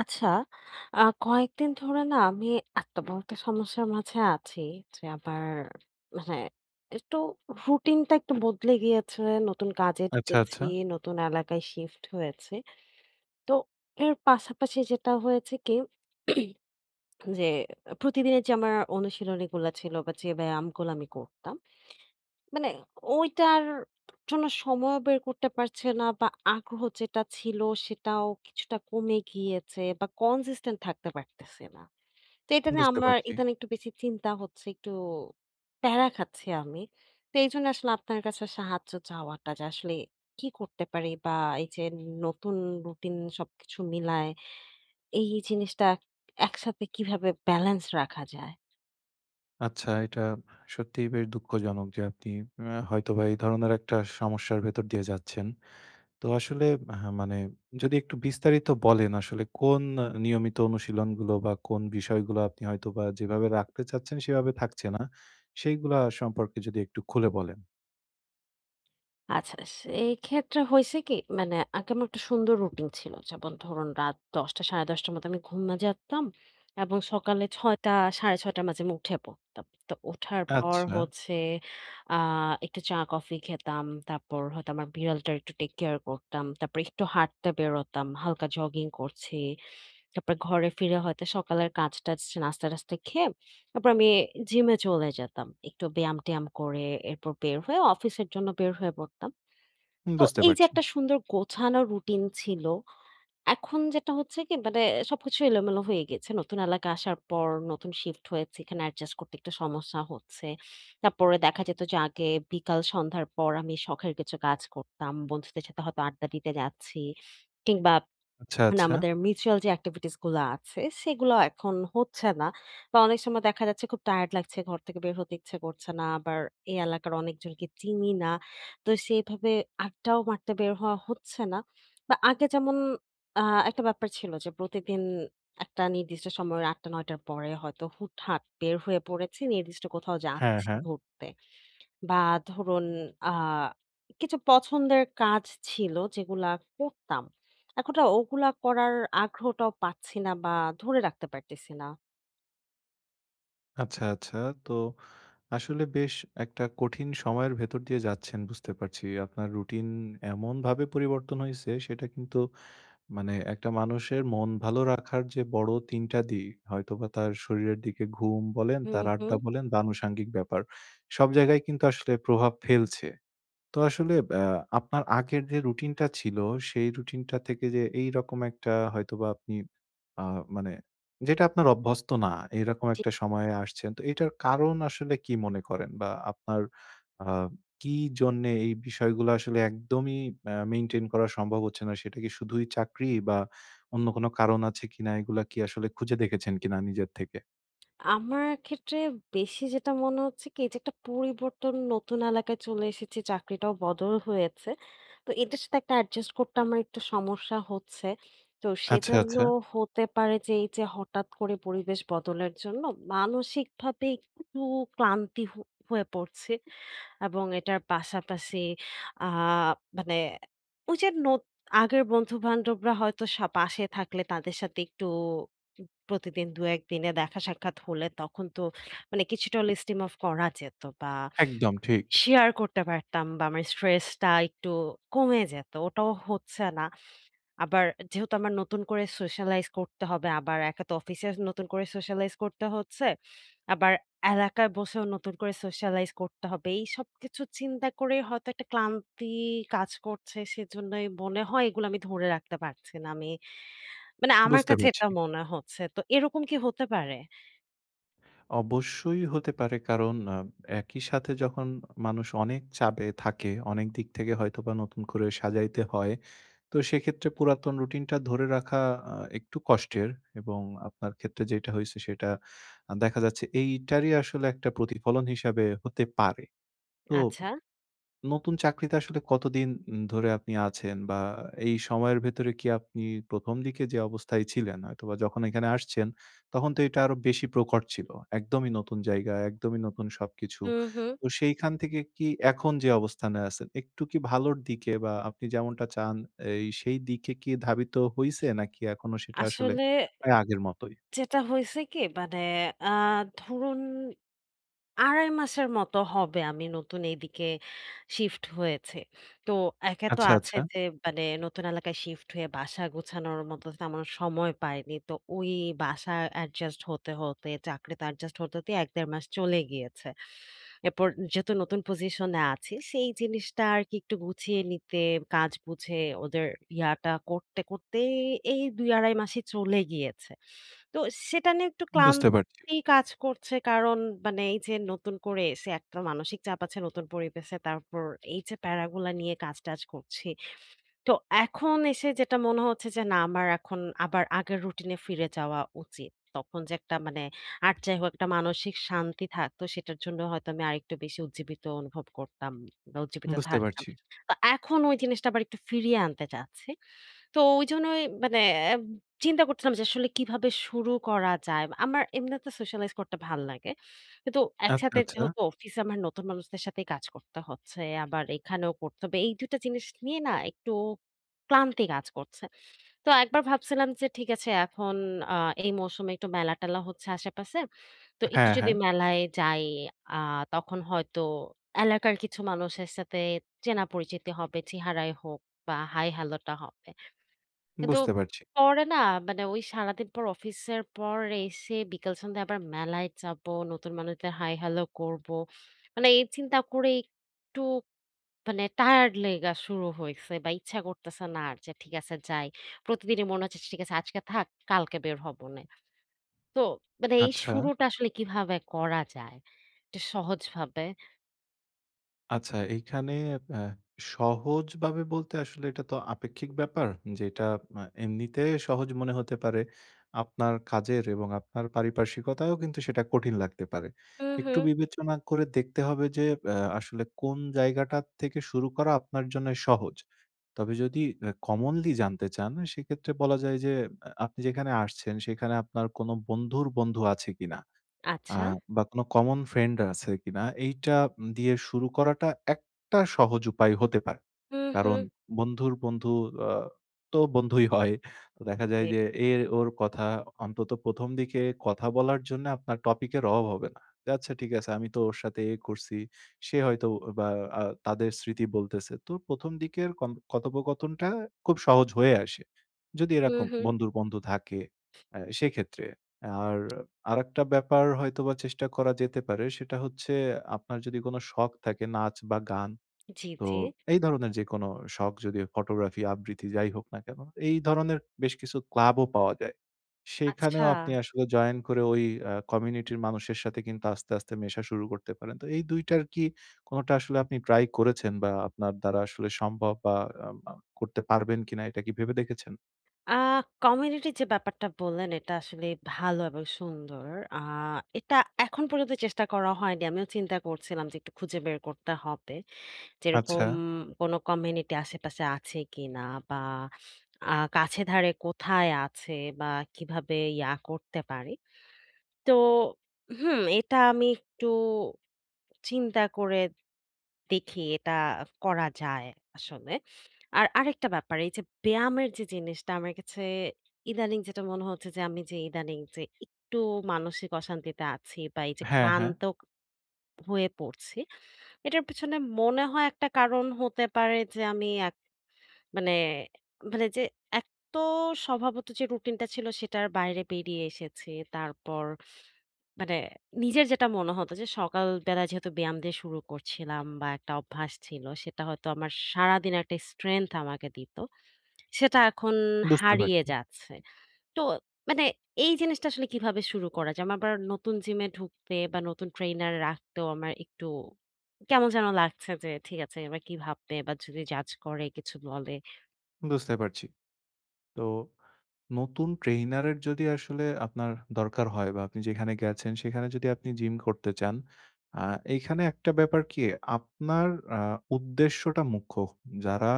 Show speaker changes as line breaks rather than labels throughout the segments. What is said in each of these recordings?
আচ্ছা, কয়েকদিন ধরে না আমি এত বড় একটা সমস্যার মাঝে আছি যে আমার মানে একটু রুটিনটা একটু বদলে গিয়েছে। নতুন কাজে
আচ্ছা,
ঢুকেছি,
আচ্ছা।
নতুন এলাকায় শিফট হয়েছে। তো এর পাশাপাশি যেটা হয়েছে কি যে প্রতিদিনের যে আমার অনুশীলনীগুলা ছিল বা যে ব্যায়ামগুলো আমি করতাম মানে ওইটার জন্য সময়ও বের করতে পারছে না বা আগ্রহ যেটা ছিল সেটাও কিছুটা কমে গিয়েছে বা কনসিস্টেন্ট থাকতে পারতেছে না। তো এটা নিয়ে
বুঝতে
আমার
পারছি।
ইদানিং একটু বেশি চিন্তা হচ্ছে, একটু প্যারা খাচ্ছি আমি। তো এইজন্য আসলে আপনার কাছে সাহায্য চাওয়াটা যে আসলে কি করতে পারি বা এই যে নতুন রুটিন সবকিছু মিলায় এই জিনিসটা একসাথে কিভাবে ব্যালেন্স রাখা যায়?
আচ্ছা, এটা সত্যিই বেশ দুঃখজনক যে আপনি হয়তোবা এই ধরনের একটা সমস্যার ভেতর দিয়ে যাচ্ছেন। তো আসলে হ্যাঁ, মানে যদি একটু বিস্তারিত বলেন আসলে কোন নিয়মিত অনুশীলনগুলো বা কোন বিষয়গুলো আপনি হয়তোবা যেভাবে রাখতে চাচ্ছেন সেভাবে থাকছে না, সেইগুলা সম্পর্কে যদি একটু খুলে বলেন।
আচ্ছা, সেইক্ষেত্রে হইছে কি? মানে আগে আমার একটা সুন্দর রুটিন ছিল। যেমন ধরুন রাত ১০টা ১০:৩০ টার মধ্যে আমি ঘুমা যেতাম এবং সকালে ৬টা ৬:৩০ টার মাঝে আমি উঠে পড়তাম। তো ওঠার পর
আচ্ছা,
হচ্ছে আ একটু চা কফি খেতাম। তারপর হয়তো আমার বিড়ালটার একটু টেক কেয়ার করতাম। তারপর একটু হাঁটতে বেরোতাম। হালকা জগিং করছি। তারপর ঘরে ফিরে হয়তো সকালের কাজ-টাজ নাস্তা-টাস্তা খেয়ে তারপর আমি জিমে চলে যেতাম। একটু ব্যায়াম-ট্যায়াম করে এরপর বের হয়ে অফিসের জন্য বের হয়ে পড়তাম। তো
বুঝতে
এই যে
পারছি।
একটা সুন্দর গোছানো রুটিন ছিল। এখন যেটা হচ্ছে কি মানে সবকিছু এলোমেলো হয়ে গেছে। নতুন এলাকা আসার পর নতুন শিফট হয়েছি। এখানে অ্যাডজাস্ট করতে একটু সমস্যা হচ্ছে। তারপরে দেখা যেত যে আগে বিকাল সন্ধ্যার পর আমি শখের কিছু কাজ করতাম। বন্ধুদের সাথে হয়তো আড্ডা দিতে যাচ্ছি কিংবা
আচ্ছা,
মানে
আচ্ছা।
আমাদের মিউচুয়াল যে এক্টিভিটিস গুলা আছে সেগুলো এখন হচ্ছে না। বা অনেক সময় দেখা যাচ্ছে খুব টায়ার্ড লাগছে, ঘর থেকে বের হতে ইচ্ছে করছে না। আবার এই এলাকার অনেকজনকে চিনি না। তো সেইভাবে আড্ডাও মারতে বের হওয়া হচ্ছে না। বা আগে যেমন আ একটা ব্যাপার ছিল যে প্রতিদিন একটা নির্দিষ্ট সময় ৮ঃ:০০ ৯ঃ:০০ টার পরে হয়তো হুটহাট বের হয়ে পড়েছি, নির্দিষ্ট কোথাও
হ্যাঁ,
যাচ্ছি
হ্যাঁ।
ঘুরতে। বা ধরুন আ কিছু পছন্দের কাজ ছিল যেগুলা করতাম। এখন না ওগুলা করার আগ্রহটাও পাচ্ছি না বা ধরে রাখতে পারতেছি না।
আচ্ছা, আচ্ছা। তো আসলে বেশ একটা কঠিন সময়ের ভেতর দিয়ে যাচ্ছেন বুঝতে পারছি। আপনার রুটিন এমনভাবে পরিবর্তন হইছে সেটা কিন্তু মানে একটা মানুষের মন ভালো রাখার যে বড় ৩ টা দিক হয়তোবা তার শরীরের দিকে ঘুম বলেন,
হুম,
তার
হুম।
আড্ডা বলেন বা আনুষাঙ্গিক ব্যাপার। সব জায়গায় কিন্তু আসলে প্রভাব ফেলছে। তো আসলে আ আপনার আগের যে রুটিনটা ছিল, সেই রুটিনটা থেকে যে এইরকম একটা হয়তোবা আপনি আ মানে যেটা আপনার অভ্যস্ত না, এরকম একটা সময়ে আসছেন। তো এটার কারণ আসলে কি মনে করেন? বা আপনার আ কি জন্যে এই বিষয়গুলো আসলে একদমই মেইনটেইন করা সম্ভব হচ্ছে না? সেটা কি শুধুই চাকরি বা অন্য কোন কারণ আছে কিনা? এগুলা কি আসলে খুঁজে দেখেছেন কিনা নিজের থেকে?
আমার ক্ষেত্রে বেশি যেটা মনে হচ্ছে কি এই যে একটা পরিবর্তন নতুন এলাকায় চলে এসেছি চাকরিটাও বদল হয়েছে। তো এটার সাথে একটা অ্যাডজাস্ট করতে আমার একটু সমস্যা হচ্ছে। তো
আচ্ছা,
সেজন্য
আচ্ছা।
হতে পারে যে এই যে হঠাৎ করে পরিবেশ বদলের জন্য মানসিকভাবে একটু ক্লান্তি হয়ে পড়ছি। এবং এটার পাশাপাশি আ মানে ওই যে নত আগের বন্ধু-বান্ধবরা হয়তো পাশে থাকলে তাদের সাথে একটু প্রতিদিন ২-১ দিনে দেখা সাক্ষাৎ হলে তখন তো মানে কিছুটা হলে স্টিম অফ করা যেত বা
একদম ঠিক।
শেয়ার করতে পারতাম বা আমার স্ট্রেসটা একটু কমে যেত। ওটাও হচ্ছে না। আবার যেহেতু আমার নতুন করে সোশ্যালাইজ করতে হবে, আবার একা তো অফিসে নতুন করে সোশ্যালাইজ করতে হচ্ছে। আবার এলাকায় বসেও নতুন করে সোশ্যালাইজ করতে হবে। এই সবকিছু চিন্তা করে হয়তো একটা ক্লান্তি কাজ করছে। সেজন্যই মনে হয় এগুলো আমি ধরে রাখতে পারছি না। আমি মানে আমার
বুঝতে
কাছে
পারছি।
এটা মনে হচ্ছে। তো এরকম কি হতে পারে?
অবশ্যই হতে পারে কারণ একই সাথে যখন মানুষ অনেক চাপে থাকে, অনেক দিক থেকে হয়তোবা নতুন করে সাজাইতে হয়। তো সেক্ষেত্রে পুরাতন রুটিনটা ধরে রাখা একটু কষ্টের এবং আপনার ক্ষেত্রে যেটা হইছে সেটা দেখা যাচ্ছে এইটারই আসলে একটা প্রতিফলন হিসাবে হতে পারে। তো
আচ্ছা।
নতুন চাকরিতে আসলে কতদিন ধরে আপনি আছেন? বা এই সময়ের ভেতরে কি আপনি ১ম দিকে যে অবস্থায় ছিলেন হয়তোবা যখন এখানে আসছেন, তখন তো এটা আরো বেশি প্রকট ছিল। একদমই নতুন জায়গা, একদমই নতুন সবকিছু।
হুম, হুম।
তো সেইখান থেকে কি এখন যে অবস্থানে আছেন, একটু কি ভালোর দিকে বা আপনি যেমনটা চান এই সেই দিকে কি ধাবিত হইছে? নাকি এখনো সেটা আসলে
আসলে
প্রায় আগের মতোই?
যেটা হইছে কি মানে আ ধরুন ২.৫ মাসের মতো হবে আমি নতুন এইদিকে শিফট হয়েছে। তো একে তো
আচ্ছা,
আছে
আচ্ছা।
যে মানে নতুন এলাকায় শিফট হয়ে বাসা গোছানোর মতো তেমন সময় পাইনি। তো ওই বাসা অ্যাডজাস্ট হতে, হতে চাকরিতে অ্যাডজাস্ট হতে, হতে ১-১.৫ মাস চলে গিয়েছে। এরপর যেহেতু নতুন পজিশনে আছি সেই জিনিসটা আরকি একটু গুছিয়ে নিতে, কাজ বুঝে ওদের ইয়াটা করতে, করতে এই ২.৫ মাসই চলে গিয়েছে। তো সেটা নিয়ে একটু ক্লান্ত
বুঝতে পারছি,
এই কাজ করছে কারণ মানে এই যে নতুন করে এসে একটা মানসিক চাপ আছে নতুন পরিবেশে। তারপর এই যে প্যারাগুলা নিয়ে কাজ-টাজ করছি। তো এখন এসে যেটা মনে হচ্ছে যে, না আমার এখন আবার আগের রুটিন এ ফিরে যাওয়া উচিত। তখন যে একটা মানে আর যাই হোক একটা মানসিক শান্তি থাকতো সেটার জন্য হয়তো আমি আরেকটু বেশি উজ্জীবিত অনুভব করতাম বা উজ্জীবিত
বুঝতে
থাকতাম।
পারছি।
তো এখন ওই জিনিসটা আবার একটু ফিরিয়ে আনতে চাচ্ছি। তো ওই জন্যই মানে আহ, চিন্তা করছিলাম যে আসলে কিভাবে শুরু করা যায়। আমার এমনিতে socialize করতে ভাল লাগে। কিন্তু
আচ্ছা,
একসাথে
আচ্ছা।
যেহেতু অফিসে আমার নতুন মানুষদের সাথেই কাজ করতে হচ্ছে, আবার এখানেও করতে হবে। এই ২ টা জিনিস নিয়ে না একটু ক্লান্তি কাজ করছে। তো একবার ভাবছিলাম যে ঠিক আছে এখন আ এই মৌসুমে একটু মেলা-টেলা হচ্ছে আশেপাশে। তো একটু
হ্যাঁ,
যদি
হ্যাঁ।
মেলায় যাই আ তখন হয়তো এলাকার কিছু মানুষের সাথে চেনা পরিচিতি হবে, চেহারায় হোক বা হাই-হ্যালো টা হবে। কিন্তু
বুঝতে পারছি।
পরে না মানে ওই সারাদিন পর অফিসের পর এসে বিকেল সন্ধ্যায় আবার মেলায় যাব, নতুন মানুষদের হাই হ্যালো করব। মানে এই চিন্তা করে একটু মানে টায়ার্ড লেগা শুরু হইছে বা ইচ্ছা করতেছে না আর যে ঠিক আছে যাই। প্রতিদিনই মনে হচ্ছে ঠিক আছে আজকে থাক কালকে বের হবনে। তো মানে এই
আচ্ছা।
শুরুটা আসলে কিভাবে করা যায়? একটু সহজভাবে।
আচ্ছা, এইখানে আ সহজভাবে বলতে আসলে এটা তো আপেক্ষিক ব্যাপার। যেটা এমনিতে সহজ মনে হতে পারে। আপনার কাজের এবং আপনার পারিপার্শ্বিকতায়ও কিন্তু সেটা কঠিন লাগতে পারে।
হুম,
একটু
হুম।
বিবেচনা করে দেখতে হবে যে আসলে কোন জায়গাটা থেকে শুরু করা আপনার জন্য সহজ। তবে যদি কমনলি জানতে চান সেক্ষেত্রে বলা যায় যে আপনি যেখানে আসছেন সেখানে আপনার কোনো বন্ধুর বন্ধু আছে কিনা? আ
আচ্ছা।
বা কোনো কমন ফ্রেন্ড আছে কিনা এইটা দিয়ে শুরু করাটা একটা সহজ উপায় হতে পারে।
হুম,
কারণ
হুম।
বন্ধুর বন্ধু আ তো বন্ধুই হয়। তো দেখা যায়
জি।
যে এর ওর কথা অন্তত ১ম দিকে কথা বলার জন্য আপনার টপিক এর অভাব হবে না। যে আচ্ছা ঠিক আছে আমি তো ওর সাথে এ করছি। সে হয়তো বা তাদের স্মৃতি বলতেছে। তো ১ম দিকের কন কথোপকথনটা খুব সহজ হয়ে আসে। যদি
হুম,
এরকম
হুম।
বন্ধুর বন্ধু থাকে সেক্ষেত্রে। আর আরেকটা ব্যাপার হয়তোবা চেষ্টা করা যেতে পারে সেটা হচ্ছে আপনার যদি কোন শখ থাকে নাচ বা গান,
জি,
তো
জি।
এই ধরনের যেকোনো শখ যদি ফটোগ্রাফি, আবৃত্তি যাই হোক না কেন, এই ধরনের বেশ কিছু ক্লাবও পাওয়া যায়।
আচ্ছা।
সেখানেও আপনি আসলে জয়েন করে ওই কমিউনিটির মানুষের সাথে কিন্তু আস্তে, আস্তে মেশা শুরু করতে পারেন। তো এই ২ টার কি কোনটা আসলে আপনি ট্রাই করেছেন বা আপনার দ্বারা আসলে সম্ভব বা আ আ করতে পারবেন কিনা এটা কি ভেবে দেখেছেন?
আ কমিউনিটি যে ব্যাপারটা বললেন এটা আসলে ভালো এবং সুন্দর। আ এটা এখন পর্যন্ত চেষ্টা করা হয়নি। আমিও চিন্তা করছিলাম যে একটু খুঁজে বের করতে হবে।
আচ্ছা।
যেরকম কোনো কমিউনিটি আশেপাশে আছে কিনা বা কাছে ধারে কোথায় আছে বা কিভাবে ইয়া করতে পারি। তো হুম, এটা আমি একটু চিন্তা করে দেখি এটা করা যায় আসলে। আর আরেকটা ব্যাপার এই যে ব্যায়ামের যে জিনিসটা আমার কাছে ইদানিং যেটা মনে হচ্ছে যে আমি যে ইদানিং যে একটু মানসিক অশান্তিতে আছি বা এই যে
হ্যাঁ, হ্যাঁ।
ক্লান্ত হয়ে পড়ছি, এটার পেছনে মনে হয় একটা কারণ হতে পারে যে আমি মানে মানে যে এক তো স্বভাবত যে রুটিনটা ছিল সেটার বাইরে বেরিয়ে এসেছি। তারপর মানে নিজের যেটা মনে হতো যে সকালবেলা যেহেতু ব্যায়াম দিয়ে শুরু করছিলাম বা একটা অভ্যাস ছিল সেটা হয়তো আমার সারাদিন একটা স্ট্রেংথ আমাকে দিত। সেটা এখন
বুঝতে
হারিয়ে
পারছি,
যাচ্ছে। তো মানে এই জিনিসটা আসলে কিভাবে শুরু করা যায়? আমার আবার নতুন জিমে ঢুকতে বা নতুন ট্রেইনার রাখতেও আমার একটু কেমন যেন লাগছে যে ঠিক আছে এবার কি ভাববে বা যদি জাজ করে কিছু বলে।
বুঝতে পারছি। তো নতুন ট্রেইনারের যদি আসলে আপনার দরকার হয় বা আপনি যেখানে গেছেন সেখানে যদি আপনি জিম করতে চান, আ এইখানে একটা ব্যাপার কি আপনার আ উদ্দেশ্যটা মুখ্য। যারা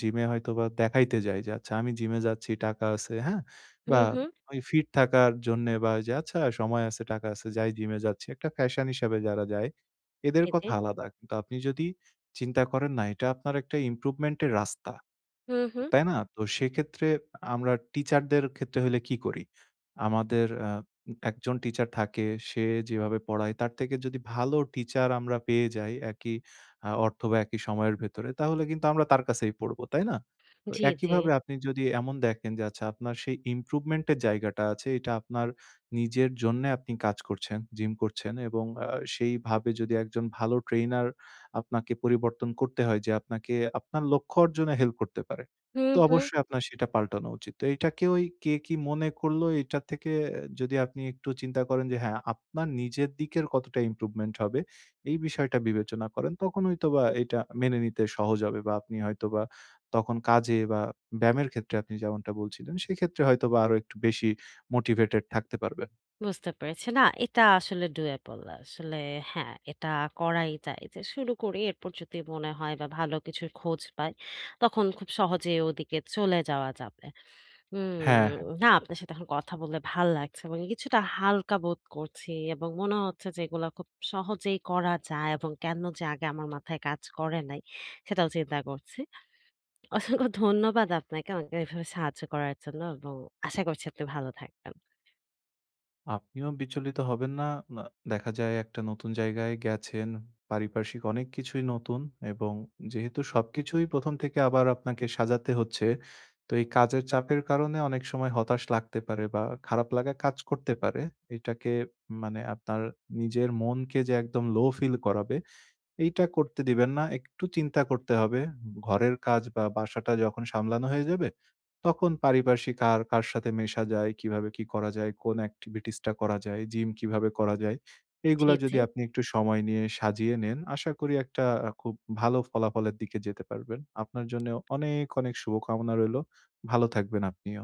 জিমে হয়তোবা দেখাইতে যায় যে আচ্ছা আমি জিমে যাচ্ছি, টাকা আছে, হ্যাঁ?
হু,
বা
হু।
ওই ফিট থাকার জন্যে বা ওই যে আচ্ছা সময় আছে, টাকা আছে, যাই জিমে যাচ্ছি। একটা ফ্যাশন হিসাবে যারা যায় এদের
জি, জি।
কথা আলাদা। কিন্তু আপনি যদি চিন্তা করেন না এটা আপনার একটা ইমপ্রুভমেন্ট এর রাস্তা।
হুম, হুম।
তাই না? তো সেক্ষেত্রে আমরা টিচারদের ক্ষেত্রে হইলে কি করি? আমাদের একজন টিচার থাকে, সে যেভাবে পড়ায় তার থেকে যদি ভালো টিচার আমরা পেয়ে যাই একই অর্থ বা একই সময়ের ভেতরে তাহলে কিন্তু আমরা তার কাছেই পড়ব, তাই না? তো
জি, জি।
একইভাবে আপনি যদি এমন দেখেন যে আচ্ছা আপনার সেই ইমপ্রুভমেন্ট এর জায়গাটা আছে এটা আপনার নিজের জন্যে আপনি কাজ করছেন, জিম করছেন এবং সেইভাবে যদি একজন ভালো ট্রেইনার আপনাকে পরিবর্তন করতে হয় যে আপনাকে আপনার লক্ষ্য অর্জনে হেল্প করতে পারে।
হুম,
তো
হুম।
অবশ্যই আপনার সেটা পাল্টানো উচিত। তো এইটাকে ওই কে কি মনে করলো এটা থেকে যদি আপনি একটু চিন্তা করেন যে হ্যাঁ, আপনার নিজের দিকের কতটা ইমপ্রুভমেন্ট হবে এই বিষয়টা বিবেচনা করেন। তখন হয়তোবা এটা মেনে নিতে সহজ হবে বা আপনি হয়তোবা তখন কাজে বা ব্যায়ামের ক্ষেত্রে আপনি যেমনটা বলছিলেন সেক্ষেত্রে হয়তোবা আরো একটু বেশি মোটিভেটেড থাকতে পারবেন।
বুঝতে পেরেছি। না, এটা আসলে doable আসলে হ্যাঁ, এটা করাই যায় যে শুরু করি। এরপর যদি মনে হয় বা ভালো কিছুর খোঁজ পাই, তখন খুব সহজেই ওদিকে চলে যাওয়া যাবে। হুম,
হ্যাঁ।
না আপনার সাথে এখন কথা বলে ভাল লাগছে এবং কিছুটা হালকা বোধ করছি এবং মনে হচ্ছে যে এগুলা খুব সহজেই করা যায় এবং কেন যে আগে আমার মাথায় কাজ করে নাই, সেটাও চিন্তা করছি। অসংখ্য ধন্যবাদ আপনাকে আমাকে এভাবে সাহায্য করার জন্য এবং আশা করছি আপনি ভালো থাকবেন।
আপনিও বিচলিত হবেন না। না দেখা যায় একটা নতুন জায়গায় গেছেন, পারিপার্শ্বিক অনেক কিছুই নতুন এবং যেহেতু সবকিছুই ১ম থেকে আবার আপনাকে সাজাতে হচ্ছে, তো এই কাজের চাপের কারণে অনেক সময় হতাশ লাগতে পারে বা খারাপ লাগা কাজ করতে পারে। এটাকে মানে আপনার নিজের মনকে যে একদম লো ফিল করাবে এইটা করতে দিবেন না। একটু চিন্তা করতে হবে। ঘরের কাজ বা বাসাটা যখন সামলানো হয়ে যাবে, তখন পারিপার্শ্বিক আর কার সাথে মেশা যায়, কিভাবে কি করা যায়, কোন activities টা করা যায়, জিম কিভাবে করা যায়,
জি,
এইগুলা যদি
জি।
আপনি একটু সময় নিয়ে সাজিয়ে নেন, আশা করি একটা খুব ভালো ফলাফলের দিকে যেতে পারবেন। আপনার জন্য অনেক, অনেক শুভকামনা রইলো। ভালো থাকবেন আপনিও।